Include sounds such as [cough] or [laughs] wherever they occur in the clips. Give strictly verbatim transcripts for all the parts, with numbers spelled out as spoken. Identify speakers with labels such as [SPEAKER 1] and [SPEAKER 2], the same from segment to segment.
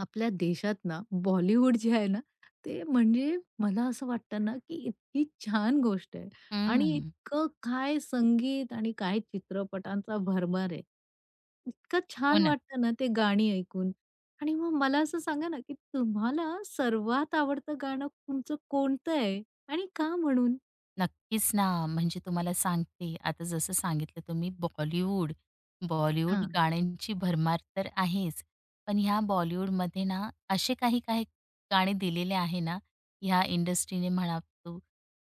[SPEAKER 1] आपल्या देशात ना, बॉलिवूड जे आहे ना, ते म्हणजे मला असं वाटतं ना, की इतकी छान गोष्ट आहे आणि
[SPEAKER 2] हं.
[SPEAKER 1] इतकं काय संगीत आणि काय चित्रपटांचा भरमार आहे. इतकं
[SPEAKER 2] हो
[SPEAKER 1] छान
[SPEAKER 2] ना.
[SPEAKER 1] वाटतं ना, ते गाणी ऐकून. आणि मग मला असं सांगा ना, की तुम्हाला सर्वात आवडतं गाणं तुमचं कोणतं आहे आणि का म्हणून?
[SPEAKER 2] नक्कीच ना. म्हणजे तुम्हाला सांगते, आता जसं सांगितलं तुम्ही बॉलिवूड, बॉलिवूड
[SPEAKER 1] हां.
[SPEAKER 2] गाण्यांची भरमार तर आहेच. पण ह्या बॉलिवूडमध्ये ना, असे काही काही गाणे दिलेले आहे ना, ह्या इंडस्ट्रीने म्हणा तू,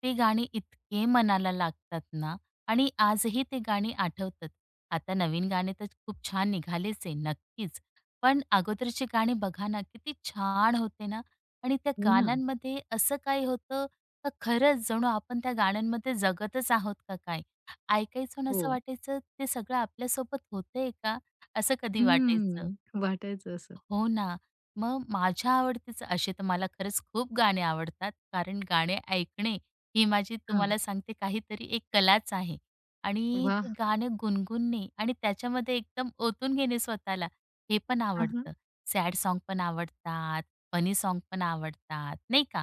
[SPEAKER 2] ते गाणे इतके मनाला लागतात ना आणि आजही ते गाणी आठवतात. आता नवीन गाणे तर खूप छान निघालेच आहे, नक्कीच. पण अगोदरचे गाणे बघा ना, किती छान होते ना आणि त्या
[SPEAKER 1] हो ना.
[SPEAKER 2] गाण्यांमध्ये असं काही होतं तर खरंच जणू आपण त्या गाण्यांमध्ये जगतच आहोत का काय? ऐकायचो आणि असं
[SPEAKER 1] हो.
[SPEAKER 2] वाटायचं ते सगळं आपल्यासोबत होतंय का? असं कधी वाटायचं.
[SPEAKER 1] हम्म, वाटायचं असं.
[SPEAKER 2] हो ना. मग माझ्या आवडतीचं असे तर मला खरंच खूप गाणे आवडतात, कारण गाणे ऐकणे ही माझी
[SPEAKER 1] हां.
[SPEAKER 2] तुम्हाला सांगते काहीतरी एक कलाच आहे. आणि ते
[SPEAKER 1] वाह!
[SPEAKER 2] गाणं गुणगुणणे आणि त्याच्यामध्ये एकदम ओतून घेणे स्वतःला, हे पण
[SPEAKER 1] हां, हां.
[SPEAKER 2] आवडतं. सॅड सॉन्ग पण आवडतात, फनी सॉन्ग पण आवडतात, नाही का.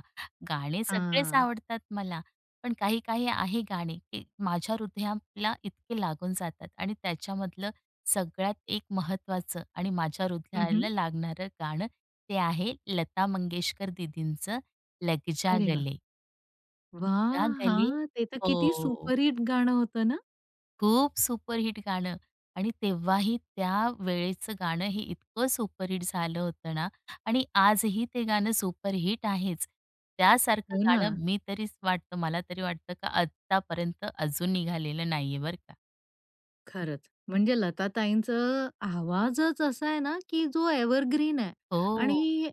[SPEAKER 2] गाणे सगळेच
[SPEAKER 1] हां.
[SPEAKER 2] आवडतात मला, पण काही-काही आहे गाणे, ते माझ्या हृदयाला इतके लागून जातात आणि त्याच्यामधलं सगळ्यात एक महत्त्वाचं आणि माझ्या
[SPEAKER 1] हं,
[SPEAKER 2] हृदयाला लागणारं गाणं ते आहे लता मंगेशकर दीदींचं लग जा
[SPEAKER 1] अरे वाह!
[SPEAKER 2] गले. जा
[SPEAKER 1] वाह!
[SPEAKER 2] गले
[SPEAKER 1] हां, ते तर
[SPEAKER 2] हो.
[SPEAKER 1] किती सुपरहिट गाणं होतं ना?
[SPEAKER 2] खूप सुपरहिट गाणं आणि तेव्हाही त्या वेळेचं गाणं हे इतकं सुपरहिट झालं होतं ना आणि आजही ते गाणं सुपरहिट आहेच. त्यासारखं
[SPEAKER 1] हो ना.
[SPEAKER 2] गाणं मी तरीच वाटतं मला तरी वाटतं का आत्तापर्यंत अजून निघालेलं नाहीये बरं का.
[SPEAKER 1] खरंच. म्हणजे लताताईंचं आवाजच असा आहे ना, की जो एव्हरग्रीन आहे
[SPEAKER 2] हो.
[SPEAKER 1] आणि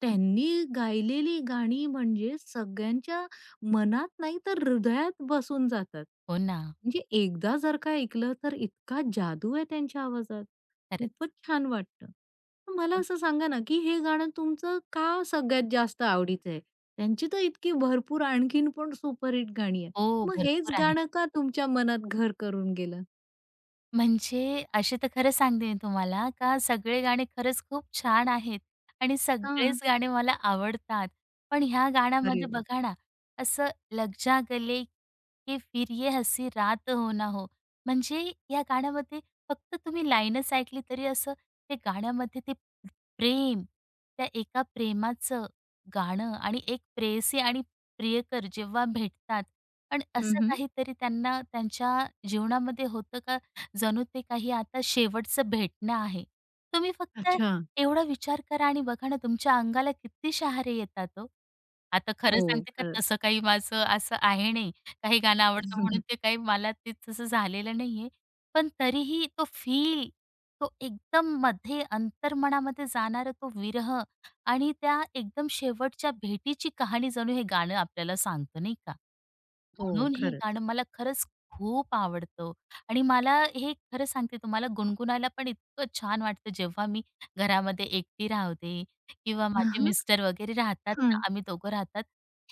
[SPEAKER 1] त्यांनी गायलेली गाणी म्हणजे सगळ्यांच्या मनात नाही तर हृदयात बसून जातात.
[SPEAKER 2] हो ना.
[SPEAKER 1] म्हणजे एकदा जर का ऐकलं तर इतका जादू आहे त्यांच्या आवाजात.
[SPEAKER 2] खरंच.
[SPEAKER 1] खूपच छान वाटतं. तर मला असं सांगा ना, की हे गाणं तुमचं का सगळ्यात जास्त आवडीचं आहे? त्यांची तर इतकी भरपूर आणखीन पण सुपरहिट गाणी आहेत.
[SPEAKER 2] हो,
[SPEAKER 1] मग हेच
[SPEAKER 2] भरपूर आहे.
[SPEAKER 1] गाणं का तुमच्या मनात घर करून गेलं?
[SPEAKER 2] म्हणजे असे तर खरं सांगते मी तुम्हाला का सगळे गाणे खरंच खूप छान आहेत आणि
[SPEAKER 1] हां.
[SPEAKER 2] सगळेच गाणे मला आवडतात. पण ह्या
[SPEAKER 1] अरे
[SPEAKER 2] गाण्यामध्ये
[SPEAKER 1] वाह!
[SPEAKER 2] बघा ना, असं लग जा गले कि फिर ये हसी रात हो ना हो, म्हणजे या गाण्यामध्ये फक्त तुम्ही लाईनच ऐकली तरी असं ते गाण्यामध्ये ते प्रेम, त्या एका प्रेमाचं गाणं आणि एक प्रेयसी आणि प्रियकर जेव्हा भेटतात आणि
[SPEAKER 1] हं,
[SPEAKER 2] असं
[SPEAKER 1] हं.
[SPEAKER 2] काहीतरी त्यांना त्यांच्या जीवनामध्ये होतं का जणू ते काही आता शेवटचं भेटणं आहे. तुम्ही फक्त
[SPEAKER 1] अच्छा.
[SPEAKER 2] एवढा विचार करा आणि बघा ना तुमच्या अंगाला किती शहारे येतात ओ. आता
[SPEAKER 1] हो,
[SPEAKER 2] खरं सांगते का
[SPEAKER 1] खरंच.
[SPEAKER 2] तसं काही माझं असं आहे नाही. काही गाणं आवडतं म्हणून ते
[SPEAKER 1] [laughs]
[SPEAKER 2] काही मला ते तसं झालेलं नाहीये. पण तरीही तो फील, तो एकदम मध्ये अंतर्मनामध्ये जाणारा तो विरह आणि त्या एकदम शेवटच्या भेटीची कहाणी जणू हे गाणं आपल्याला सांगतं नाही का.
[SPEAKER 1] हो,
[SPEAKER 2] म्हणून हे
[SPEAKER 1] खरंच.
[SPEAKER 2] गाणं मला खरंच खूप आवडतं हो. आणि मला हे खरं सांगते तुम्हाला गुणगुणायला पण इतकं छान वाटतं जेव्हा मी घरामध्ये एकटी राहते किंवा
[SPEAKER 1] हां,
[SPEAKER 2] माझे
[SPEAKER 1] हां.
[SPEAKER 2] मिस्टर वगैरे राहतात ना, आम्ही दोघं राहतात.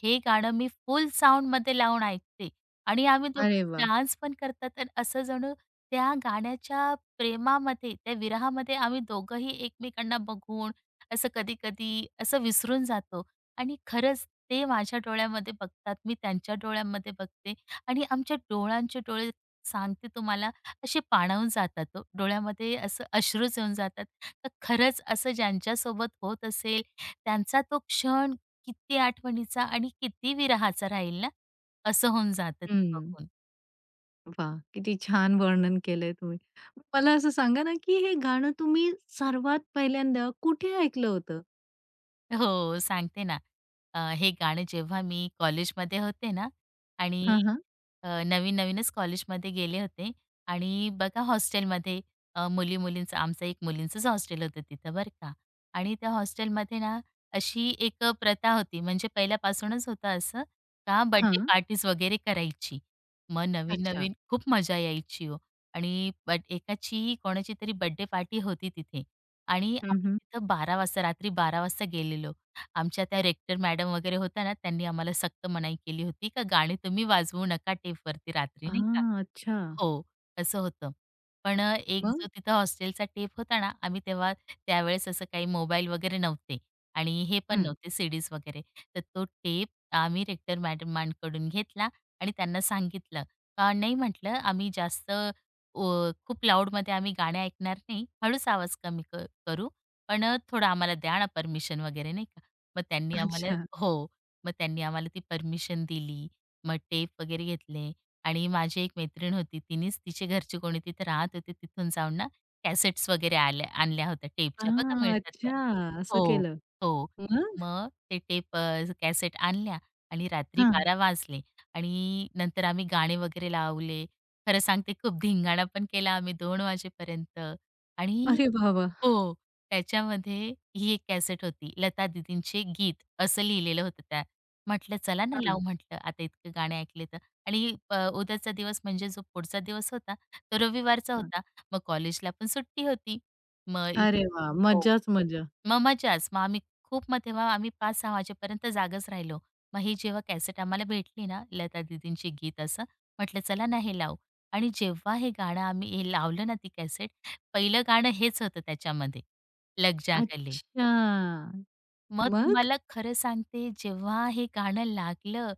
[SPEAKER 2] हे गाणं मी फुल साउंडमध्ये लावून ऐकते आणि आम्ही दोघं
[SPEAKER 1] अरे वाह!
[SPEAKER 2] डान्स पण करतात आणि असं जणू त्या गाण्याच्या प्रेमामध्ये, त्या विरहामध्ये आम्ही दोघंही एकमेकांना बघून असं कधी-कधी असं विसरून जातो आणि खरंच ते माझ्या डोळ्यामध्ये बघतात, मी त्यांच्या डोळ्यांमध्ये बघते आणि आमच्या डोळ्यांचे डोळे सांगते तुम्हाला असे पाणावून जातात ओ. डोळ्यामध्ये असं अश्रूच येऊन जातात. तर खरंच असं ज्यांच्यासोबत होत असेल, त्यांचा तो क्षण किती आठवणीचा आणि किती विरहाचा राहील ना, असं होऊन जातं ते
[SPEAKER 1] हं.
[SPEAKER 2] बघून.
[SPEAKER 1] वाह! किती छान वर्णन केलंय तुम्ही. मला असं सांगा ना, की हे गाणं तुम्ही सर्वात पहिल्यांदा कुठे ऐकलं होतं?
[SPEAKER 2] हो, सांगते ना. अ, हे गाणं जेव्हा मी कॉलेजमध्ये होते ना आणि
[SPEAKER 1] हां, हां.
[SPEAKER 2] अ, नवीन-नवीनच कॉलेजमध्ये गेले होते आणि बघा हॉस्टेलमध्ये अ, मुली-मुलींचं आमचं एक मुलींचंच हॉस्टेल होतं तिथं बरं का आणि त्या हॉस्टेलमध्ये ना अशी एक अ, प्रथा होती म्हणजे पहिल्यापासूनच होतं असं का बर्थडे
[SPEAKER 1] हां.
[SPEAKER 2] पार्टीज वगैरे करायची. मग
[SPEAKER 1] अच्छा.
[SPEAKER 2] नवीन-नवीन खूप मजा यायची हो आणि बट एकाची कोणाची तरी बर्थडे पार्टी होती तिथे. आणि
[SPEAKER 1] हं,
[SPEAKER 2] आम्ही
[SPEAKER 1] हं.
[SPEAKER 2] तिथं बारा वाजता रात्री बारा वाजता गेलेलो. आमच्या त्या रेक्टर मॅडम वगैरे होत्या ना, त्यांनी आम्हाला सक्त मनाई केली होती का गाणी तुम्ही वाजवू नका टेपवरती रात्री, नाही का.
[SPEAKER 1] अच्छा.
[SPEAKER 2] हो, तसं होतं. पण अ, एक जो
[SPEAKER 1] मग?
[SPEAKER 2] तिथं हॉस्टेलचा टेप होता ना, आम्ही तेव्हा त्यावेळेस असं काही मोबाईल वगैरे नव्हते आणि हे पण
[SPEAKER 1] हं.
[SPEAKER 2] नव्हते सीडीज वगैरे. तर तो टेप आम्ही रेक्टर मॅडमांकडून घेतला आणि त्यांना सांगितलं, "का नाही," म्हटलं, "आम्ही जास्त अ, खूप लाऊडमध्ये आम्ही गाणे ऐकणार नाही. हळूच आवाज कमी क करू, पण अ, थोडं आम्हाला द्या ना परमिशन वगैरे," नाही का. मग त्यांनी आम्हाला
[SPEAKER 1] अच्छा.
[SPEAKER 2] हो, मग त्यांनी आम्हाला ती परमिशन दिली. मग टेप वगैरे घेतले. आणि माझी एक मैत्रीण होती, तिनेच तिचे घरचे कोणी तिथे राहत होते, तिथून जाऊन ना कॅसेट्स वगैरे आल्या आणल्या होत्या टेपच्या बघा
[SPEAKER 1] हां,
[SPEAKER 2] मिळतात त्या.
[SPEAKER 1] अच्छा. असं
[SPEAKER 2] हो,
[SPEAKER 1] केलं.
[SPEAKER 2] हो.
[SPEAKER 1] मग?
[SPEAKER 2] मग ते टेप अ, कॅसेट आणल्या आणि रात्री
[SPEAKER 1] हां.
[SPEAKER 2] बारा वाजले आणि नंतर आम्ही गाणे वगैरे लावले. खरं सांगते खूप धिंगाणा पण केला आम्ही दोन वाजेपर्यंत आणि
[SPEAKER 1] अरे वाह, वाह!
[SPEAKER 2] हो. त्याच्यामध्ये ही एक कॅसेट होती. लता दीदींचे गीत असं लिहिलेलं होतं त्या. म्हटलं चला ना
[SPEAKER 1] हां,
[SPEAKER 2] लावू म्हटलं आता इतके गाणे ऐकले तर आणि अ, उद्याचा दिवस म्हणजे जो पुढचा दिवस होता, तो रविवारचा
[SPEAKER 1] हां.
[SPEAKER 2] होता. मग कॉलेजला पण सुट्टी होती. मग इ
[SPEAKER 1] अरे वाह!
[SPEAKER 2] हो.
[SPEAKER 1] मजाच मजा.
[SPEAKER 2] मग मजाच. मग आम्ही खूप मग तेव्हा आम्ही पाच सहा वाजेपर्यंत जागच राहिलो. मग ही जेव्हा कॅसेट आम्हाला भेटली ना, लता दीदींची गीत असं, म्हटलं चला ना हे लावू. आणि जेव्हा हे गाणं आम्ही हे लावलं ना ती कॅसेट, पहिलं गाणं हेच होतं त्याच्यामध्ये, लग जा गले.
[SPEAKER 1] अच्छा.
[SPEAKER 2] मग
[SPEAKER 1] मग?
[SPEAKER 2] तुम्हाला खरं सांगते जेव्हा हे गाणं लागलं,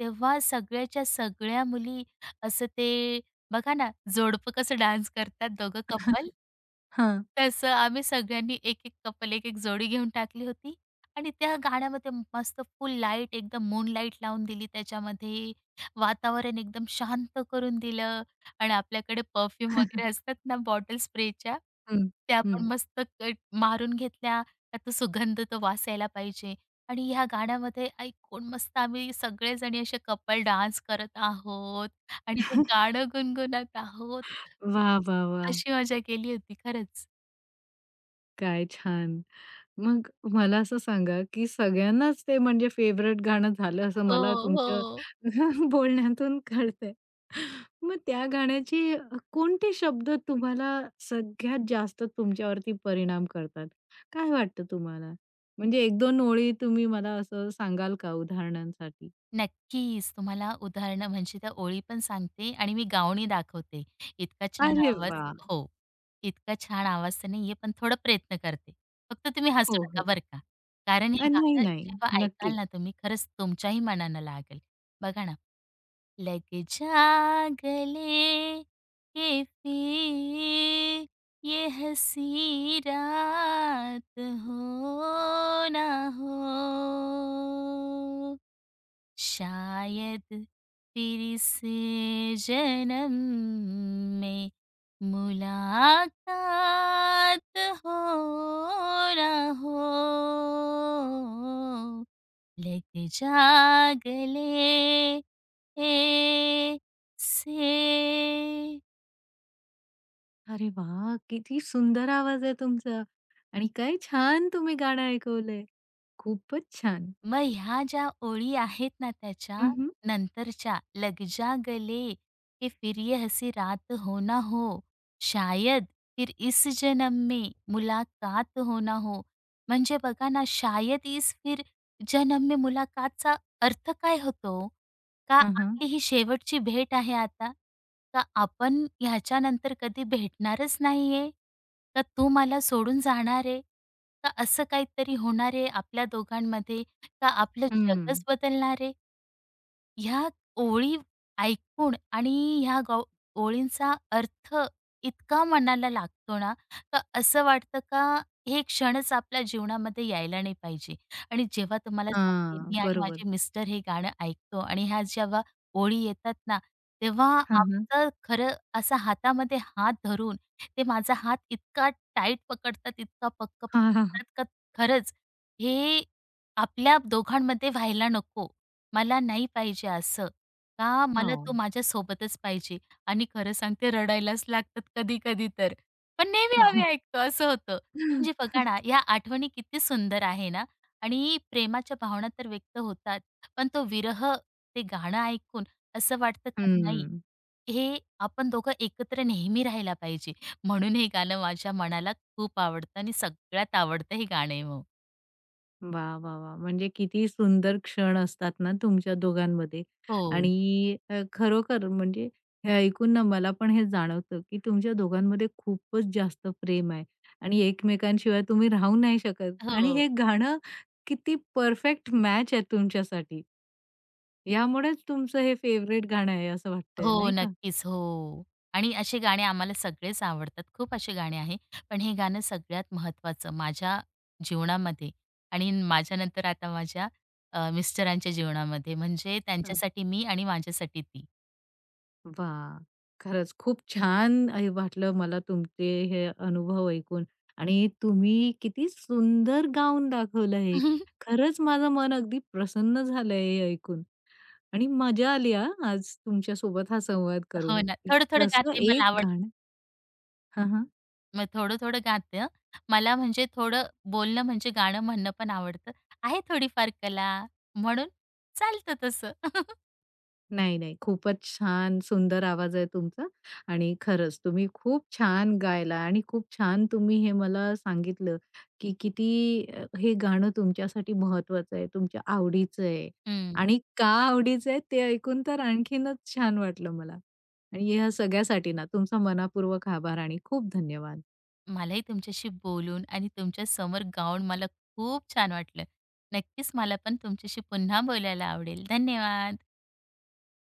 [SPEAKER 2] तेव्हा सगळ्याच्या सगळ्या मुली असं ते बघा ना जोडपं कसं डान्स करतात दोघं कपल.
[SPEAKER 1] हां.
[SPEAKER 2] तसं आम्ही सगळ्यांनी एक-एक कपल, एक-एक जोडी घेऊन टाकली होती आणि त्या गाण्यामध्ये मस्त फुल लाईट एकदम मून लाईट लावून दिली त्याच्यामध्ये. वातावरण एकदम शांत करून दिलं आणि आपल्याकडे परफ्यूम वगैरे असतात ना बॉटल स्प्रेच्या,
[SPEAKER 1] हं,
[SPEAKER 2] त्या पण
[SPEAKER 1] हं.
[SPEAKER 2] मस्त क मारून घेतल्या. का तो सुगंध तो वास यायला पाहिजे आणि ह्या गाण्यामध्ये ऐकून मस्त आम्ही सगळेजणी असे कपल डान्स करत आहोत आणि ते गाणं गुणगुणत आहोत.
[SPEAKER 1] वाह, वाह, वाह!
[SPEAKER 2] अशी मजा केली होती खरंच.
[SPEAKER 1] काय छान. मग मला असं सांगा, की सगळ्यांनाच ते म्हणजे फेव्हरेट गाणं झालं असं
[SPEAKER 2] हो,
[SPEAKER 1] मला तुमच्या
[SPEAKER 2] हो.
[SPEAKER 1] [laughs] बोलण्यातून कळतंय. मग त्या गाण्याचे अ, कोणते शब्द तुम्हाला सगळ्यात जास्त तुमच्यावरती परिणाम करतात? काय वाटतं तुम्हाला? म्हणजे एक-दोन ओळी तुम्ही मला असं सांगाल का उदाहरणांसाठी?
[SPEAKER 2] नक्कीच. तुम्हाला उदाहरणं म्हणजे त्या ओळी पण सांगते आणि मी गाऊनही दाखवते. इतका छान
[SPEAKER 1] अरे
[SPEAKER 2] आवाज
[SPEAKER 1] वाह!
[SPEAKER 2] हो. इतका छान आवाज तर नाहीये, पण थोडा प्रयत्न करते. फक्त तुम्ही हसू
[SPEAKER 1] हो,
[SPEAKER 2] नका
[SPEAKER 1] हो.
[SPEAKER 2] बरं का. कारण हे
[SPEAKER 1] अ, नाही,
[SPEAKER 2] गाणं
[SPEAKER 1] नाही.
[SPEAKER 2] जेव्हा ऐकाल
[SPEAKER 1] नक्कीच.
[SPEAKER 2] ना तुम्ही खरंच तुमच्याही मनाला लागेल. बघा ना, लग जा ये फिर ये हसी रात हो ना हो. शायद फिर से जन्म में मुलाकात हो ना हो लग जा गले ए से
[SPEAKER 1] अरे वाह! किती सुंदर आवाज आहे तुमचा आणि काय छान तुम्ही गाणं ऐकवलंय. खूपच छान.
[SPEAKER 2] मग ह्या ज्या ओळी आहेत ना त्याच्या
[SPEAKER 1] हं, हं.
[SPEAKER 2] नंतरच्या लग जा गले कि फिर ये हसी रात हो ना हो, शायद फिर इस जन्म में मुलाकात हो ना हो, म्हणजे बघा ना, शायद इस फिर जन्म में मुलाकातचा अर्थ काय होतो? का
[SPEAKER 1] हां, हां.
[SPEAKER 2] आपली ही शेवटची भेट आहे आता? का आपण ह्याच्यानंतर कधी भेटणारच नाहीये? का तू मला सोडून जाणार आहे? का असं काहीतरी होणार आहे आपल्या दोघांमध्ये? का आपलं
[SPEAKER 1] हं.
[SPEAKER 2] जगच बदलणार आहे? ह्या ओळी ऐकून आणि ह्या गो ओळींचा अर्थ इतका मनाला लागतो ना, का असं वाटतं का हे क्षणच आपल्या जीवनामध्ये यायला नाही पाहिजे. आणि जेव्हा तुम्हाला सांगते
[SPEAKER 1] हां,
[SPEAKER 2] मी आणि
[SPEAKER 1] बरोबर.
[SPEAKER 2] माझे मिस्टर हे गाणं ऐकतो आणि ह्या जेव्हा ओळी येतात ना, तेव्हा
[SPEAKER 1] हां, हां.
[SPEAKER 2] आमचं खरं असा हातामध्ये हात धरून ते माझा हात इतका टाईट पकडतात, इतका पक्क
[SPEAKER 1] हां, हां, हां.
[SPEAKER 2] पकडतात का खरंच हे आपल्या दोघांमध्ये व्हायला नको. मला नाही पाहिजे असं, का
[SPEAKER 1] हो.
[SPEAKER 2] मला तो माझ्यासोबतच पाहिजे आणि खरं सांगते रडायलाच लागतात कधी-कधी तर. पण नेहमी आम्ही ऐकतो असं होतं. म्हणजे
[SPEAKER 1] [laughs]
[SPEAKER 2] बघा ना, या आठवणी किती सुंदर आहे ना आणि प्रेमाच्या भावना तर व्यक्त होतात. पण तो विरह, ते गाणं ऐकून असं वाटतं का नाही,
[SPEAKER 1] हं.
[SPEAKER 2] हे आपण दोघं एकत्र नेहमी राहायला पाहिजे. म्हणून हे गाणं माझ्या मनाला खूप आवडतं आणि सगळ्यात आवडतं हे गाणं आहे मग.
[SPEAKER 1] वा, वा, वा, म्हणजे किती सुंदर क्षण असतात ना तुमच्या दोघांमध्ये हं.
[SPEAKER 2] हो.
[SPEAKER 1] आणि अ, खरोखर म्हणजे हे ऐकून ना मला पण हे जाणवतं, की तुमच्या दोघांमध्ये खूपच जास्त प्रेम आहे आणि एकमेकांशिवाय तुम्ही राहू नाही शकत आणि
[SPEAKER 2] हो.
[SPEAKER 1] हे गाणं किती परफेक्ट मॅच आहे तुमच्यासाठी. यामुळेच तुमचं हे फेव्हरेट गाणं आहे असं वाटतंय,
[SPEAKER 2] हो,
[SPEAKER 1] नाही का?
[SPEAKER 2] नक्कीच. हो. आणि असे गाणे आम्हाला सगळेच आवडतात. खूप असे गाणे आहे. पण हे गाणं सगळ्यात महत्त्वाचं माझ्या जीवनामध्ये आणि माझ्यानंतर आता माझ्या अ, मिस्टरांच्या जीवनामध्ये. म्हणजे त्यांच्यासाठी मी आणि माझ्यासाठी ती.
[SPEAKER 1] वाह! खरंच खूप छान अ, वाटलं मला तुमचे हे अनुभव ऐकून आणि तुम्ही किती सुंदर गाऊन दाखवलं हे.
[SPEAKER 2] [laughs]
[SPEAKER 1] खरंच माझं मन अगदी प्रसन्न झालं हे ऐकून आणि मजा आली हां, आज तुमच्यासोबत हा संवाद
[SPEAKER 2] हो
[SPEAKER 1] करून.
[SPEAKER 2] ना.
[SPEAKER 1] की
[SPEAKER 2] थोडं-थोडं [laughs]
[SPEAKER 1] कसं
[SPEAKER 2] गाते
[SPEAKER 1] एक
[SPEAKER 2] मला आवडतं.
[SPEAKER 1] गाणं हां, हां.
[SPEAKER 2] मग थोडं-थोडं गाते हं. मला म्हणजे थोडं बोलणं म्हणजे गाणं म्हणणं पण आवडतं. आहे थोडीफार कला म्हणून चालतं तसं. [laughs]
[SPEAKER 1] नाही, नाही. खूपच छान सुंदर आवाज आहे तुमचा आणि खरंच तुम्ही खूप छान गायला आणि खूप छान तुम्ही हे मला सांगितलं, की किती अ, हे गाणं तुमच्यासाठी महत्वाचं आहे, तुमच्या आवडीचं आहे
[SPEAKER 2] हं.
[SPEAKER 1] आणि का आवडीचं आहे ते ऐकून तर आणखीनच छान वाटलं मला. आणि ह्या सगळ्यासाठी ना तुमचा मनापूर्वक आभार आणि खूप धन्यवाद.
[SPEAKER 2] मलाही तुमच्याशी बोलून आणि तुमच्या समोर गाऊन मला खूप छान वाटलं. नक्कीच मला पण तुमच्याशी पुन्हा बोलायला आवडेल. धन्यवाद.